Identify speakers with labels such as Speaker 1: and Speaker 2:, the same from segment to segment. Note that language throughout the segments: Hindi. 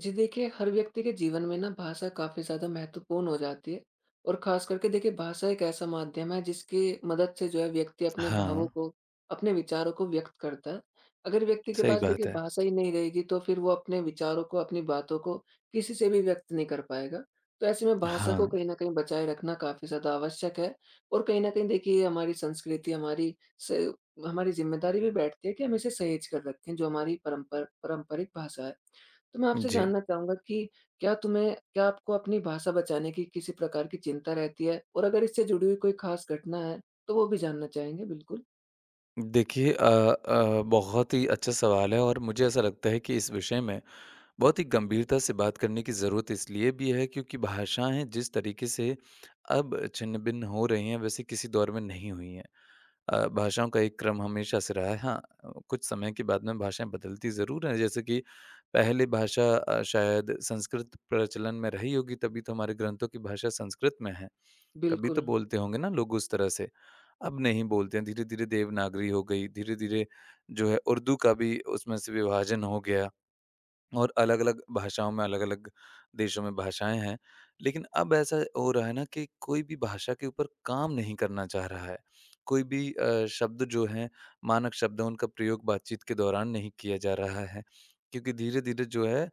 Speaker 1: जी देखिए, हर व्यक्ति के जीवन में ना भाषा काफ़ी ज़्यादा महत्वपूर्ण हो जाती है और ख़ास करके देखिए भाषा एक ऐसा माध्यम है जिसकी मदद से जो है व्यक्ति अपने भावों
Speaker 2: हाँ,
Speaker 1: को, अपने विचारों को व्यक्त करता है। अगर व्यक्ति के
Speaker 2: सही
Speaker 1: पास देखिए
Speaker 2: बात है।
Speaker 1: भाषा ही नहीं रहेगी तो फिर वो अपने विचारों को, अपनी बातों को किसी से भी व्यक्त नहीं कर पाएगा। तो ऐसे में भाषा को
Speaker 2: हाँ,
Speaker 1: कहीं न कहीं बचाए रखना काफ़ी ज़्यादा आवश्यक है और कहीं न कहीं देखिए ये हमारी संस्कृति, हमारी स हमारी ज़िम्मेदारी भी बैठती है कि हम इसे सहेज कर रखें, जो हमारी परंपर पारंपरिक भाषा है। तो मैं आपसे
Speaker 2: जी।
Speaker 1: जानना चाहूँगा कि क्या आपको अपनी भाषा बचाने की किसी प्रकार की चिंता रहती है? और अगर इससे जुड़ी हुई कोई ख़ास घटना है, तो वो भी जानना चाहेंगे बिल्कुल।
Speaker 2: देखिए बहुत ही अच्छा सवाल है और मुझे ऐसा लगता है कि इस विषय में बहुत ही गंभीरता से बात करने की ज़रूरत इसलिए भी है क्योंकि भाषाएँ जिस तरीके से अब छिन्न-भिन्न हो रही हैं, वैसे किसी दौर में नहीं हुई हैं। भाषाओं का एक क्रम हमेशा से रहा है। हाँ, कुछ समय के बाद में भाषाएँ बदलती ज़रूर हैं, जैसे कि पहले भाषा शायद संस्कृत प्रचलन में रही होगी, तभी तो हमारे ग्रंथों की भाषा संस्कृत में है। कभी तो
Speaker 1: बिल्कुल,
Speaker 2: बोलते होंगे ना लोग उस तरह से। अब नहीं बोलते हैं, धीरे-धीरे देवनागरी हो गई, धीरे-धीरे जो है उर्दू का भी उसमें से विभाजन हो गया। और अलग-अलग भाषाओं में, अलग-अलग देशों में भाषाएँ हैं। लेकिन अब ऐसा हो रहा है ना कि कोई भी भाषा के ऊपर काम नहीं करना चाह रहा है। कोई भी शब्द जो हैं, मानक शब्द हैं, उनका प्रयोग बातचीत के दौरान नहीं किया जा रहा है। क्योंकि धीरे-धीरे जो है,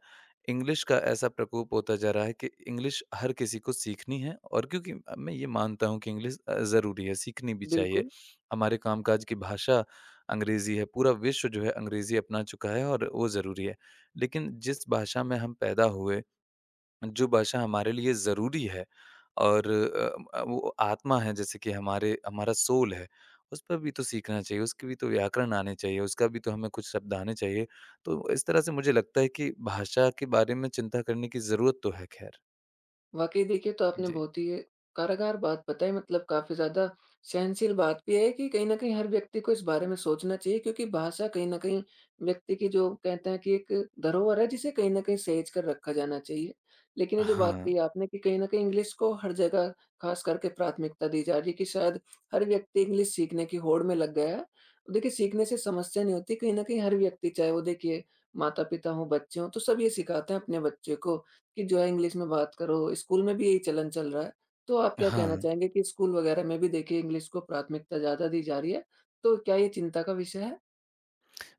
Speaker 2: इंग्लिश का ऐसा प्रकोप होता जा रहा है कि इंग्लिश हर किसी को सीखनी है और क्योंकि मैं ये मानता हूँ कि इंग्लिश ज़रूरी है, सीखनी भी चाहिए।
Speaker 1: बिल्कुल।
Speaker 2: हमारे कामकाज की भाषा अंग्रेज़ी है, पूरा विश्व जो है अंग्रेज़ी अपना चुका है और वो ज़रूरी है। लेकिन जिस भाषा में हम पैदा हुए, जो भाषा हमारे लिए ज़रूरी है और वो आत्मा है जैसे कि हमारे हमारा सोल है, उस पर भी तो सीखना चाहिए, उसके भी तो व्याकरण आने चाहिए, उसका भी तो हमें कुछ शब्द आने चाहिए। तो इस तरह से मुझे लगता है कि भाषा के बारे में चिंता करने की ज़रूरत तो है खैर।
Speaker 1: वाक़ई देखिए, तो आपने
Speaker 2: जी।
Speaker 1: बहुत ही कारागार बात बताई, मतलब काफ़ी ज़्यादा सहनशील बात भी है कि कहीं न कहीं हर व्यक्ति को इस बारे में सोचना चाहिए, क्योंकि भाषा कहीं न कहीं व्यक्ति की, जो कहते हैं कि एक धरोहर है, जिसे कहीं न कहीं सहेज कर रखा जाना चाहिए। लेकिन ये जो बात
Speaker 2: हाँ,
Speaker 1: कही आपने कि कहीं न कहीं इंग्लिश को हर जगह ख़ास करके प्राथमिकता दी जा रही है, कि शायद हर व्यक्ति इंग्लिश सीखने की होड़ में लग गया है। तो देखिए, सीखने से समस्या नहीं होती, कहीं न कहीं हर व्यक्ति, चाहे वो देखिए माता-पिता हों, बच्चे हों, तो सब ये सिखाते हैं अपने बच्चे को कि जो है इंग्लिश में बात करो, स्कूल में भी यही चलन चल रहा है। तो आप क्या कहना
Speaker 2: हाँ।
Speaker 1: चाहेंगे कि स्कूल वगैरह में भी देखिए इंग्लिश को प्राथमिकता ज़्यादा दी जा रही है, तो क्या ये चिंता का विषय है?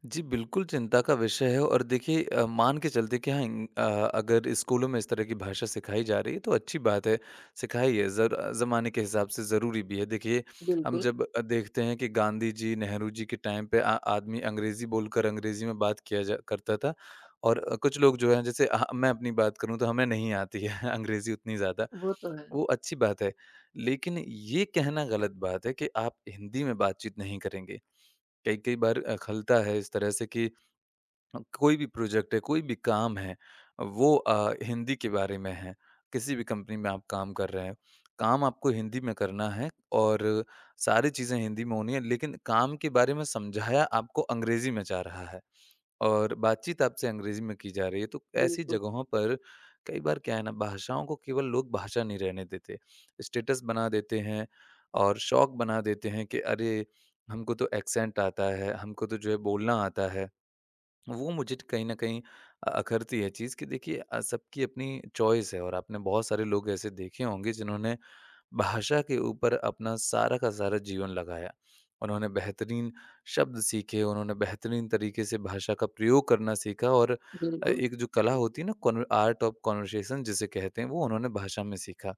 Speaker 2: जी, बिल्कुल चिंता का विषय है और देखिए मान के चलते कि हाँ अगर स्कूलों में इस तरह की भाषा सिखाई जा रही है तो अच्छी बात है, सिखाइए ज़र ज़माने के हिसाब से ज़रूरी भी है। देखिए, हम
Speaker 1: बिल्कुल,
Speaker 2: जब देखते हैं कि गांधी जी, नेहरू जी के टाइम पे आ आदमी अंग्रेज़ी बोलकर अंग्रेज़ी में बात किया जा करता था और कुछ लोग जो हैं जैसे अह मैं अपनी बात करूँ तो हमें नहीं आती है अंग्रेज़ी उतनी ज़्यादा,
Speaker 1: वो तो है।
Speaker 2: वो अच्छी बात है। लेकिन ये कहना गलत बात है कि आप हिंदी में बातचीत नहीं करेंगे। कई-कई बार खलता है इस तरह से कि कोई भी प्रोजेक्ट है, कोई भी काम है, वो हिंदी के बारे में है। किसी भी कंपनी में आप काम कर रहे हैं, काम आपको हिंदी में करना है और सारी चीज़ें हिंदी में होनी है, लेकिन काम के बारे में समझाया आपको अंग्रेज़ी में जा रहा है और बातचीत आपसे अंग्रेज़ी में की जा रही है। तो ऐसी
Speaker 1: बिल्कुल,
Speaker 2: जगहों पर कई बार क्या है ना, भाषाओं को केवल लोग भाषा नहीं रहने देते। स्टेटस बना देते हैं और शौक बना देते हैं कि अरे! हमको तो एक्सेंट आता है, हमको तो जो है बोलना आता है। वो मुझे कहीं न कहीं अखरती है चीज़ कि देखिए सबकी अपनी चॉइस है और आपने बहुत सारे लोग ऐसे देखे होंगे जिन्होंने भाषा के ऊपर अपना सारा का सारा जीवन लगाया। उन्होंने बेहतरीन शब्द सीखे, उन्होंने बेहतरीन तरीके से भाषा का प्रयोग करना सीखा और
Speaker 1: बिल्कुल।
Speaker 2: एक जो कला होती है ना कॉन आर्ट ऑफ कन्वर्सेशन जिसे कहते हैं वो उन्होंने भाषा में सीखा।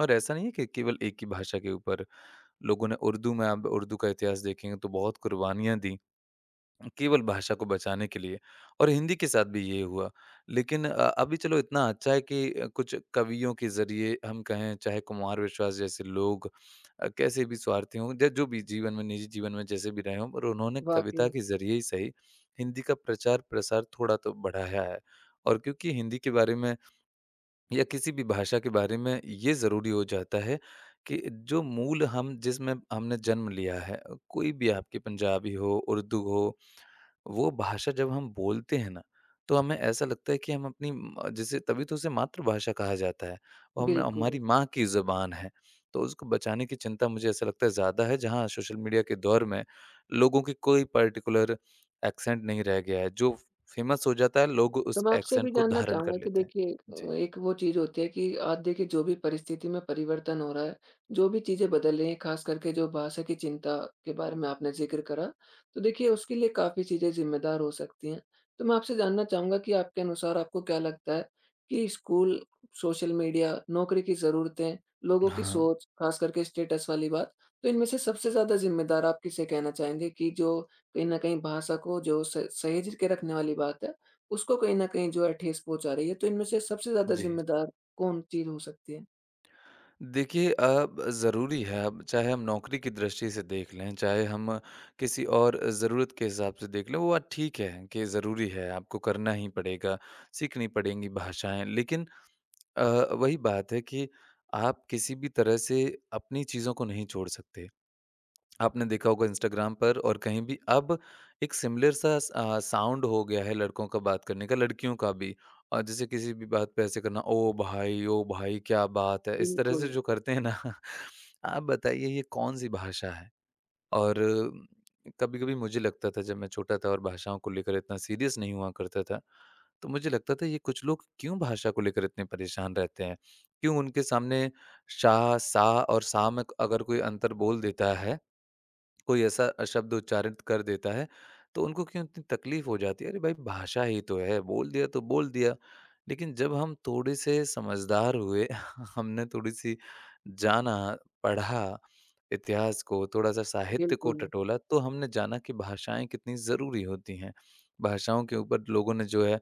Speaker 2: और ऐसा नहीं है कि केवल एक ही भाषा के ऊपर लोगों ने उर्दू में आप उर्दू का इतिहास देखेंगे तो बहुत कुर्बानियाँ दी। केवल भाषा को बचाने के लिए और हिंदी के साथ भी ये हुआ। लेकिन अभी चलो इतना अच्छा है कि कुछ कवियों के ज़रिए हम कहें चाहे कुमार विश्वास जैसे लोग कैसे भी स्वार्थी हों या जो भी जीवन में निजी जीवन में जैसे भी रहे हों पर उन्होंने कविता
Speaker 1: वाक़ई,
Speaker 2: के ज़रिए ही सही हिंदी का प्रचार-प्रसार थोड़ा तो बढ़ाया है। और क्योंकि हिंदी के बारे में या किसी भी भाषा के बारे में ये ज़रूरी हो जाता है कि जो मूल हम जिसमें हमने जन्म लिया है, कोई भी आपके पंजाबी हो, उर्दू हो वो भाषा जब हम बोलते हैं ना, तो हमें ऐसा लगता है कि हम अपनी म जैसे तभी तो उसे मातृभाषा कहा जाता है। वो हम
Speaker 1: बिल्कुल।
Speaker 2: हमारी माँ की ज़ुबान है, तो उसको बचाने की चिंता मुझे ऐसा लगता है ज़्यादा है, जहाँ सोशल मीडिया के दौर में लोगों की कोई पार्टिकुलर एक्सेंट नहीं रह गया है। जो फ़ेमस हो जाता है, लोग
Speaker 1: तो
Speaker 2: उस
Speaker 1: मैं आपसे भी
Speaker 2: एक्सेंट को
Speaker 1: जानना
Speaker 2: धारण
Speaker 1: चाहूँगा
Speaker 2: कर
Speaker 1: कि
Speaker 2: लेते हैं।
Speaker 1: देखिए,
Speaker 2: जी।
Speaker 1: एक वो चीज़ होती है कि आज देखिए जो भी परिस्थिति में परिवर्तन हो रहा है, जो भी चीज़ें बदल रही हैं, खास करके जो भाषा की चिंता के बारे में आपने ज़िक्र करा, तो देखिए उसके लिए काफ़ी चीज़ें ज़िम्मेदार हो सकती हैं। तो मैं आपसे जानना चाहूँगा कि आपके अनुसार आपको क्या लगता है कि स्कूल, सोशल मीडिया, नौकरी की ज़रूरतें, लोगों की
Speaker 2: हाँ।
Speaker 1: सोच, खास करके स्टेटस वाली बात, तो इनमें से सबसे ज़्यादा ज़िम्मेदार आप किसे कहना चाहेंगे कि जो कहीं न कहीं भाषा को, जो स सहेज के रखने वाली बात है, उसको कहीं न कहीं जो है ठेस पहुँचा रही है, तो इनमें से सबसे ज़्यादा
Speaker 2: जी।
Speaker 1: ज़िम्मेदार कौन चीज़ हो सकती है?
Speaker 2: देखिए अब ज़रूरी है अब चाहे हम नौकरी की दृष्टि से देख लें, चाहे हम किसी और ज़रूरत के हिसाब से देख लें, वो बात ठीक है कि ज़रूरी है, आपको करना ही पड़ेगा, सीखनी पड़ेंगी भाषाएँ। लेकिन अ, वही बात है कि आप किसी भी तरह से अपनी चीज़ों को नहीं छोड़ सकते। आपने देखा होगा इंस्टाग्राम पर और कहीं भी अब एक सिमिलर साउंड हो गया है लड़कों का बात करने का लड़कियों का भी और जैसे किसी भी बात पे ऐसे करना ओ भाई क्या बात है इस तरह
Speaker 1: बिल्कुल,
Speaker 2: से जो करते हैं ना आप बताइए ये कौन सी भाषा है और कभी कभी मुझे लगता था जब मैं छोटा था और भाषाओं को लेकर इतना सीरियस नहीं हुआ करता था तो मुझे लगता था ये कुछ लोग क्यों भाषा को लेकर इतने परेशान रहते हैं क्यों उनके सामने शाह सा और सा में अगर कोई अंतर बोल देता है कोई ऐसा शब्द उच्चारित कर देता है, तो उनको क्यों इतनी तकलीफ़ हो जाती है? अरे भाई भाषा ही तो है, बोल दिया तो बोल दिया। लेकिन जब हम थोड़े से समझदार हुए, हमने थोड़ी-सी जाना, पढ़ा इतिहास को, थोड़ा-सा साहित्य को
Speaker 1: बिल्कुल,
Speaker 2: टटोला, तो हमने जाना कि भाषाएँ कितनी ज़रूरी होती हैं। भाषाओं के ऊपर लोगों ने जो है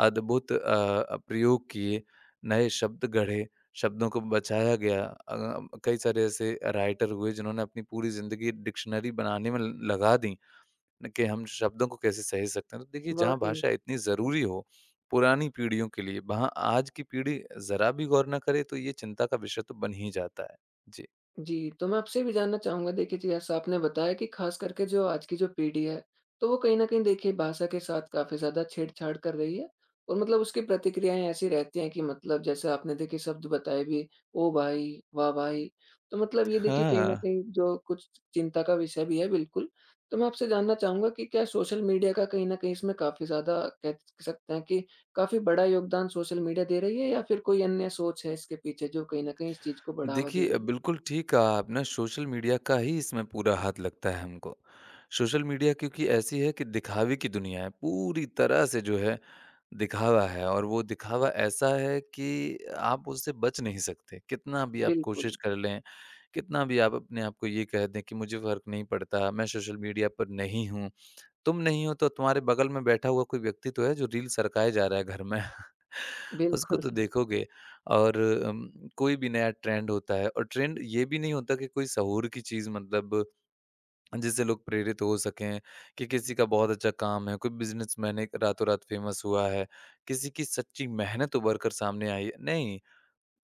Speaker 2: अद्भुत प्रयोग किए, नए शब्द गढ़े। शब्दों को बचाया गया। कई सारे ऐसे राइटर हुए जिन्होंने अपनी पूरी ज़िंदगी डिक्शनरी बनाने में ल लगा दी न कि हम शब्दों को कैसे सहेज सकते हैं। तो देखिए जहाँ
Speaker 1: वाक़ई।
Speaker 2: भाषा इतनी ज़रूरी हो पुरानी पीढ़ियों के लिए, वहाँ आज की पीढ़ी ज़रा भी गौर ना करे तो ये चिंता का विषय तो बन ही जाता है। जी।
Speaker 1: जी, तो मैं आपसे भी जानना चाहूँगा देखिए जी, जैसा आपने बताया कि ख़ास करके जो आज की जो पीढ़ी है, तो वो कहीं न कहीं देखिए भाषा के साथ काफ़ी ज़्यादा छेड़छाड़ कर रही है और मतलब उसकी प्रतिक्रियाएँ ऐसी रहती हैं कि मतलब जैसे आपने देखिए शब्द बताए भी, "ओ भाई! वाह भाई!" तो मतलब ये देखिए कहीं न
Speaker 2: हाँ।
Speaker 1: कहीं जो कुछ चिंता का विषय भी है, बिल्कुल। तो मैं आपसे जानना चाहूँगा कि क्या सोशल मीडिया का कहीं न कहीं इसमें काफ़ी ज़्यादा, कह सकते हैं कि, काफ़ी बड़ा योगदान सोशल मीडिया दे रही है, या फिर कोई अन्य सोच है इसके पीछे जो कहीं न कहीं इस चीज़ को बढ़ावा दे
Speaker 2: देखिए,
Speaker 1: रही है?
Speaker 2: बिल्कुल ठीक कहा आपने, सोशल मीडिया का ही इसमें पूरा हाथ लगता है हमको। सोशल मीडिया क्योंकि ऐसी है कि दिखावे की दुनिया है, पूरी तरह से जो है दिखावा है और वो दिखावा ऐसा है कि आप उससे बच नहीं सकते। कितना भी आप
Speaker 1: बिल्कुल,
Speaker 2: कोशिश कर लें, कितना भी आप अपने आप को ये कह दें कि मुझे फ़र्क नहीं पड़ता, मैं सोशल मीडिया पर नहीं हूँ। तुम नहीं हो तो तुम्हारे बगल में बैठा हुआ कोई व्यक्ति तो है जो रील सरकाए जा रहा है घर में। उसको
Speaker 1: बिल्कुल,
Speaker 2: तो देखोगे और अम, कोई भी नया ट्रेंड होता है और ट्रेंड ये भी नहीं होता कि कोई सहूर की चीज़ मतलब जिससे लोग प्रेरित हो सकें कि किसी का बहुत अच्छा काम है, कोई बिज़नेसमैन है रातों-रात फ़ेमस हुआ है, किसी की सच्ची मेहनत उभर कर सामने आई है। नहीं,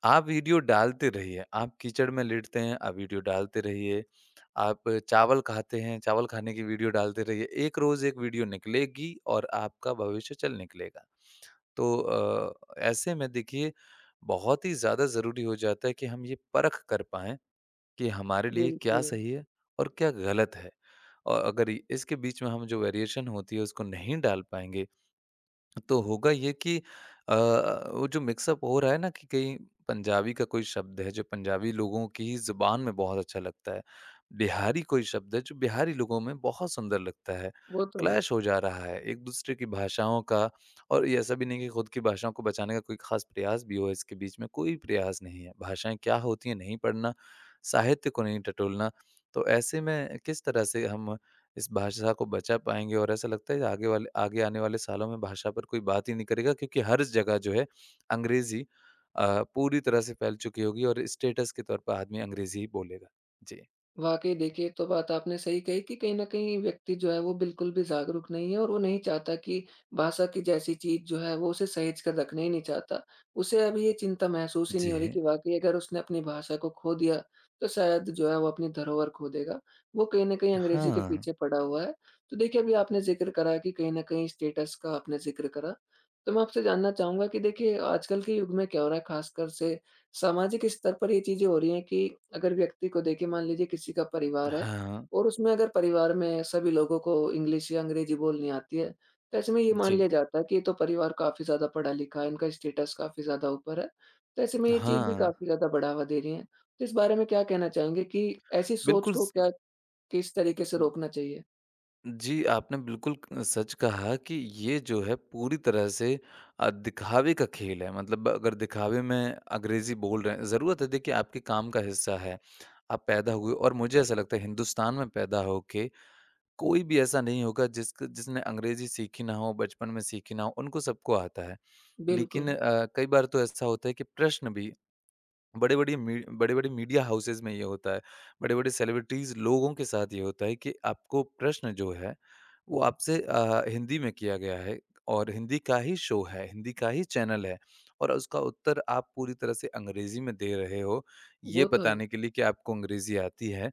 Speaker 2: आप वीडियो डालते रहिए, आप कीचड़ में लेटते हैं, आप वीडियो डालते रहिए, आप चावल खाते हैं, चावल खाने की वीडियो डालते रहिए, एक रोज़ एक वीडियो निकलेगी और आपका भविष्य चल निकलेगा। तो ऐसे में देखिए बहुत ही ज़्यादा ज़रूरी हो जाता है कि हम ये परख कर पाएँ कि हमारे लिए क्या
Speaker 1: बिल्कुल।
Speaker 2: सही है और क्या गलत है। और अगर इसके बीच में हम जो वेरिएशन होती है उसको नहीं डाल पाएँगे तो होगा ये कि अ, वो जो मिक्सअप हो रहा है ना कि कहीं पंजाबी का कोई शब्द है जो पंजाबी लोगों की ही ज़ुबान में बहुत अच्छा लगता है। बिहारी कोई शब्द है जो बिहारी लोगों में बहुत सुंदर लगता है।
Speaker 1: वो तो है।
Speaker 2: क्लैश हो जा रहा है एक-दूसरे की भाषाओं का और ये ऐसा भी नहीं कि खुद की भाषाओं को बचाने का कोई ख़ास प्रयास भी हो इसके बीच में, कोई प्रयास नहीं है। भाषाएँ क्या होती हैं नहीं पढ़ना, साहित्य को नहीं टटोलना। तो ऐसे में किस तरह से हम इस भाषा को बचा पाएँगे और ऐसा लगता है आगे आने वाले सालों में भाषा पर कोई बात ही नहीं करेगा क्योंकि हर जगह जो है अंग्रेज़ी पूरी तरह से फैल चुकी होगी और स्टेटस के तौर पर आदमी अंग्रेज़ी ही बोलेगा। जी।
Speaker 1: वाक़ई देखिए, ये तो बात आपने सही कही कि कहीं न कहीं व्यक्ति जो है वो बिल्कुल भी जागरूक नहीं है और वो नहीं चाहता कि भाषा की जैसी चीज़ जो है वो उसे सहेज कर रखना ही नहीं चाहता। उसे अभी ये चिंता महसूस ही नहीं हो रही
Speaker 2: जी।
Speaker 1: कि वाक़ई अगर उसने अपनी भाषा को खो दिया, तो शायद जो है वो अपनी धरोहर खो देगा। वो कहीं न कहीं अंग्रेज़ी के
Speaker 2: हाँ।
Speaker 1: पीछे पड़ा हुआ है। तो देखिए, अभी आपने ज़िक्र करा कि कहीं न कहीं स्टेटस का आपने ज़िक्र करा। तो मैं आपसे जानना चाहूँगा कि देखिए, आजकल के युग में क्या हो रहा है, ख़ासकर से सामाजिक स्तर पर ये चीज़ें हो रही हैं कि अगर व्यक्ति को देखिए, मान लीजिए किसी का परिवार है
Speaker 2: हाँ।
Speaker 1: और उसमें अगर परिवार में सभी लोगों को इंग्लिश या अंग्रेज़ी बोलनी आती है, तो ऐसे में ये मान
Speaker 2: जी।
Speaker 1: लिया जाता है कि ये तो परिवार काफ़ी ज़्यादा पढ़ा-लिखा है, इनका स्टेटस काफ़ी ज़्यादा ऊपर है। तो ऐसे में ये चीज़ भी
Speaker 2: हाँ।
Speaker 1: काफ़ी ज़्यादा बढ़ावा दे रही है। तो इस बारे में क्या कहना चाहेंगे कि ऐसी सोच
Speaker 2: बिल्कुल
Speaker 1: को
Speaker 2: स
Speaker 1: क्या, किस तरीके से रोकना चाहिए?
Speaker 2: जी, आपने बिल्कुल सच कहा कि ये जो है पूरी तरह से दिखावे का खेल है। मतलब अगर दिखावे में अंग्रेज़ी बोल रहे हैं ज़रूरत है देखिए आपके काम का हिस्सा है। आप पैदा हुए और मुझे ऐसा लगता है हिंदुस्तान में पैदा होके कोई भी ऐसा नहीं होगा जिसक जिसने अंग्रेज़ी सीखी ना हो, बचपन में सीखी ना हो, उनको सबको आता है। लेकिन
Speaker 1: बिल्कुल,
Speaker 2: कई बार तो ऐसा होता है कि प्रश्न भी बड़े-बड़े मीडिया हाउसेज़ में ये होता है। बड़े-बड़े सेलिब्रिटीज़ लोगों के साथ ये होता है कि आपको प्रश्न जो है, वो आपसे हिंदी में किया गया है और हिंदी का ही शो है, हिंदी का ही चैनल है और उसका उत्तर आप पूरी तरह से अंग्रेज़ी में दे रहे हो, ये
Speaker 1: वो तो है।
Speaker 2: बताने के लिए कि आपको अंग्रेज़ी आती है।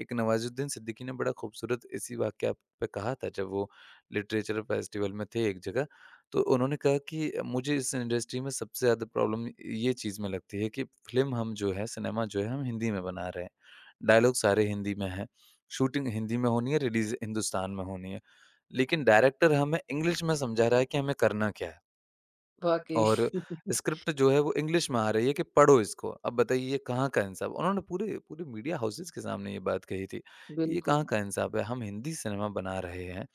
Speaker 2: एक नवाज़ुद्दीन सिद्दीकी ने बड़ा खूबसूरत इसी वाकया पे कहा था जब वो लिटरेचर फेस्टिवल में थे एक जगह। तो उन्होंने कहा कि मुझे इस इंडस्ट्री में सबसे ज़्यादा प्रॉब्लम ये चीज़ में लगती है कि फ़िल्म हम जो है सिनेमा जो है हम हिंदी में बना रहे हैं। डायलॉग सारे हिंदी में हैं, शूटिंग हिंदी में होनी है, रिलीज़ हिंदुस्तान में होनी है। लेकिन डायरेक्टर हमें इंग्लिश में समझा रहा है कि हमें करना क्या है
Speaker 1: वाक़ई,
Speaker 2: और स्क्रिप्ट जो है वो इंग्लिश में आ रही है कि पढ़ो इसको। अब बताइए ये कहाँ का इंसाफ़? उन्होंने पूरे पूरे मीडिया हाउसेज़ के सामने ये बात कही थी कि ये
Speaker 1: बिल्कुल,
Speaker 2: कहाँ का इंसाफ़ है? हम हिंदी सिनेमा बना रहे हैं,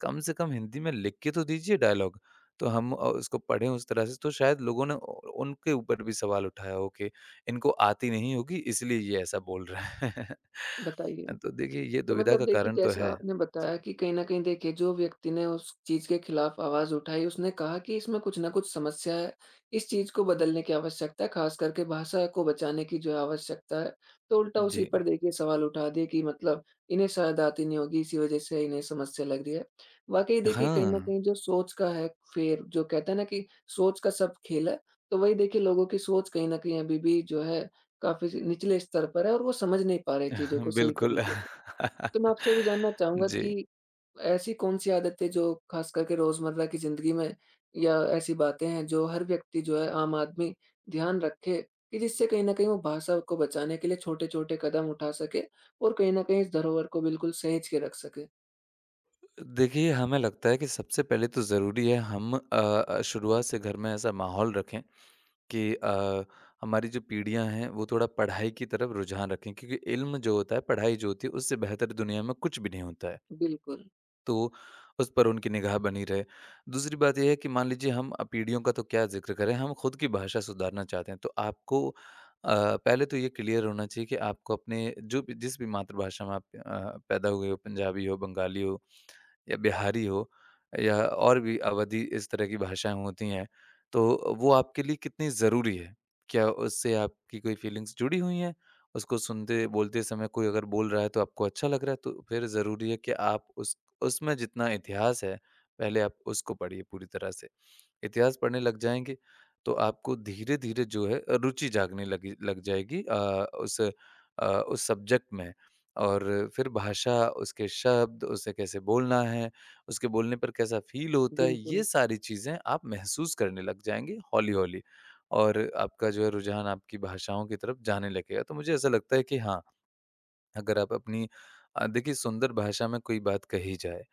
Speaker 2: कम से कम हिंदी में लिख के तो दीजिए डायलॉग। तो हम उसको पढ़ें उस तरह से तो शायद लोगों ने उ उनके ऊपर भी सवाल उठाया हो कि इनको आती नहीं होगी इसलिए ये ऐसा बोल रहा है।
Speaker 1: बताइए।
Speaker 2: तो देखिए ये
Speaker 1: तो
Speaker 2: दुविधा
Speaker 1: मतलब
Speaker 2: का
Speaker 1: देखिए,
Speaker 2: कारण तो
Speaker 1: जैसा
Speaker 2: है।
Speaker 1: आपने
Speaker 2: जी,
Speaker 1: बताया कि कहीं न कहीं देखिए, जो व्यक्ति ने उस चीज़ के खिलाफ आवाज़ उठाई, उसने कहा कि इसमें कुछ न कुछ समस्या है। इस चीज़ को बदलने की आवश्यकता है, ख़ास करके भाषा को बचाने की जो है आवश्यकता है। तो उल्टा उसी
Speaker 2: जी।
Speaker 1: पर देखिए सवाल उठा दिए कि मतलब, इन्हें शायद आती नहीं होगी, इसी वज़ह से इन्हें समस्या लग रही है। वाक़ई देखिए, कहीं
Speaker 2: हाँ,
Speaker 1: न कहीं जो सोच का है फेर, जो कहते हैं ना कि सोच का सब खेल है, तो वही देखिए लोगों की सोच कहीं न कहीं अभी भी जो है काफ़ी निचले स्तर पर है और वो समझ नहीं पा रहे चीज़ों को सही
Speaker 2: बिल्कुल।
Speaker 1: तरीके से। तो मैं आपसे ये भी जानना चाहूँगा
Speaker 2: जी।
Speaker 1: कि ऐसी कौन-सी आदतें, जो ख़ास करके रोज़मर्रा की ज़िंदगी में, या ऐसी बातें हैं जो हर व्यक्ति, जो है आम आदमी, ध्यान रखे कि जिससे कहीं न कहीं वो भाषा को बचाने के लिए छोटे-छोटे कदम उठा सके और कहीं न कहीं इस धरोहर को बिल्कुल सहेज के रख सके?
Speaker 2: देखिए हमें लगता है कि सबसे पहले तो ज़रूरी है हम शुरुआत से घर में ऐसा माहौल रखें कि हमारी जो पीढ़ियाँ हैं वो थोड़ा पढ़ाई की तरफ रुझान रखें क्योंकि इल्म जो होता है पढ़ाई जो होती है उससे बेहतर दुनिया में कुछ भी नहीं होता है।
Speaker 1: बिल्कुल,
Speaker 2: तो उस पर उनकी निगाह बनी रहे। दूसरी बात यह है कि मान लीजिए हम पीढ़ियों का तो क्या जिक्र करें, हम खुद की भाषा सुधारना चाहते हैं तो आपको पहले तो ये क्लियर होना चाहिए कि आपको अपने जो भी जिस भी मातृभाषा में आप पैदा हुए हो, पंजाबी हो, बंगाली हो या बिहारी हो या और भी अवधि इस तरह की भाषाएँ होती हैं, तो वो आपके लिए कितनी ज़रूरी है? क्या उससे आपकी कोई फीलिंग्स जुड़ी हुई हैं? उसको सुनते बोलते समय कोई अगर बोल रहा है तो आपको अच्छा लग रहा है, तो फिर ज़रूरी है कि आप उस उसमें जितना इतिहास है, पहले आप उसको पढ़िए पूरी तरह से। इतिहास पढ़ने लग जाएँगे, तो आपको धीरे-धीरे जो है रुचि जागने लगी लग जाएगी उस अ, उस सब्जेक्ट में। और फिर भाषा, उसके शब्द, उसे कैसे बोलना है, उसके बोलने पर कैसा फ़ील होता है,
Speaker 1: बिल्कुल।
Speaker 2: ये सारी चीज़ें आप महसूस करने लग जाएँगे हौली-हौली। और आपका जो है रुझान आपकी भाषाओं की तरफ जाने लगेगा। तो मुझे ऐसा लगता है कि हाँ, अगर आप अपनी देखिए सुंदर भाषा में कोई बात कही जाए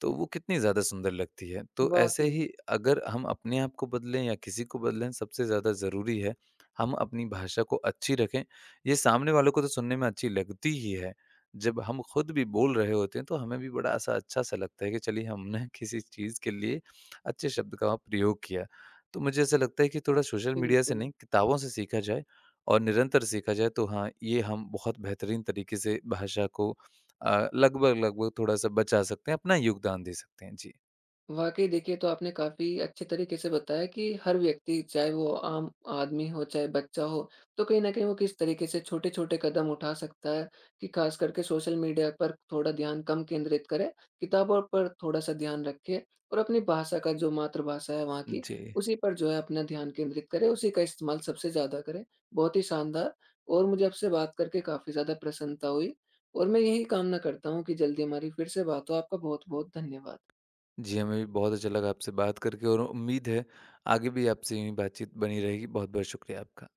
Speaker 2: तो वो कितनी ज़्यादा सुंदर लगती है। तो ऐसे
Speaker 1: वाक़ई,
Speaker 2: ही अगर हम अपने आप को बदलें या किसी को बदलें, सबसे ज़्यादा ज़रूरी है हम अपनी भाषा को अच्छी रखें। ये सामने वालों को तो सुनने में अच्छी लगती ही है। जब हम खुद भी बोल रहे होते हैं तो हमें भी बड़ा ऐसा अच्छा-सा लगता है कि चलिए हमने किसी चीज़ के लिए अच्छे शब्द का प्रयोग किया। तो मुझे ऐसा लगता है कि थोड़ा सोशल मीडिया से
Speaker 1: बिल्कुल।
Speaker 2: नहीं किताबों से सीखा जाए और निरंतर सीखा जाए तो हाँ, ये हम बहुत बेहतरीन तरीके से भाषा को लगभग-लगभग थोड़ा-सा बचा सकते हैं, अपना योगदान दे सकते हैं। जी।
Speaker 1: वाक़ई देखिए, तो आपने काफ़ी अच्छे तरीके से बताया कि हर व्यक्ति, चाहे वो आम आदमी हो, चाहे बच्चा हो, तो कहीं न कहीं वो किस तरीके से छोटे-छोटे कदम उठा सकता है कि ख़ास करके सोशल मीडिया पर थोड़ा ध्यान कम केंद्रित करे, किताबों पर थोड़ा-सा ध्यान रखे और अपनी भाषा का, जो मातृभाषा है वहाँ की,
Speaker 2: जी।
Speaker 1: उसी पर जो है अपना ध्यान केंद्रित करे, उसी का इस्तेमाल सबसे ज़्यादा करे। बहुत ही शानदार, और मुझे आपसे बात करके काफ़ी ज़्यादा प्रसन्नता हुई और मैं यही कामना करता हूँ कि जल्दी हमारी फिर से बात हो। आपका बहुत-बहुत धन्यवाद।
Speaker 2: जी, हमें भी बहुत अच्छा लगा आपसे बात करके और उम्मीद है आगे भी आपसे यूँ ही बातचीत बनी रहेगी। बहुत-बहुत शुक्रिया आपका।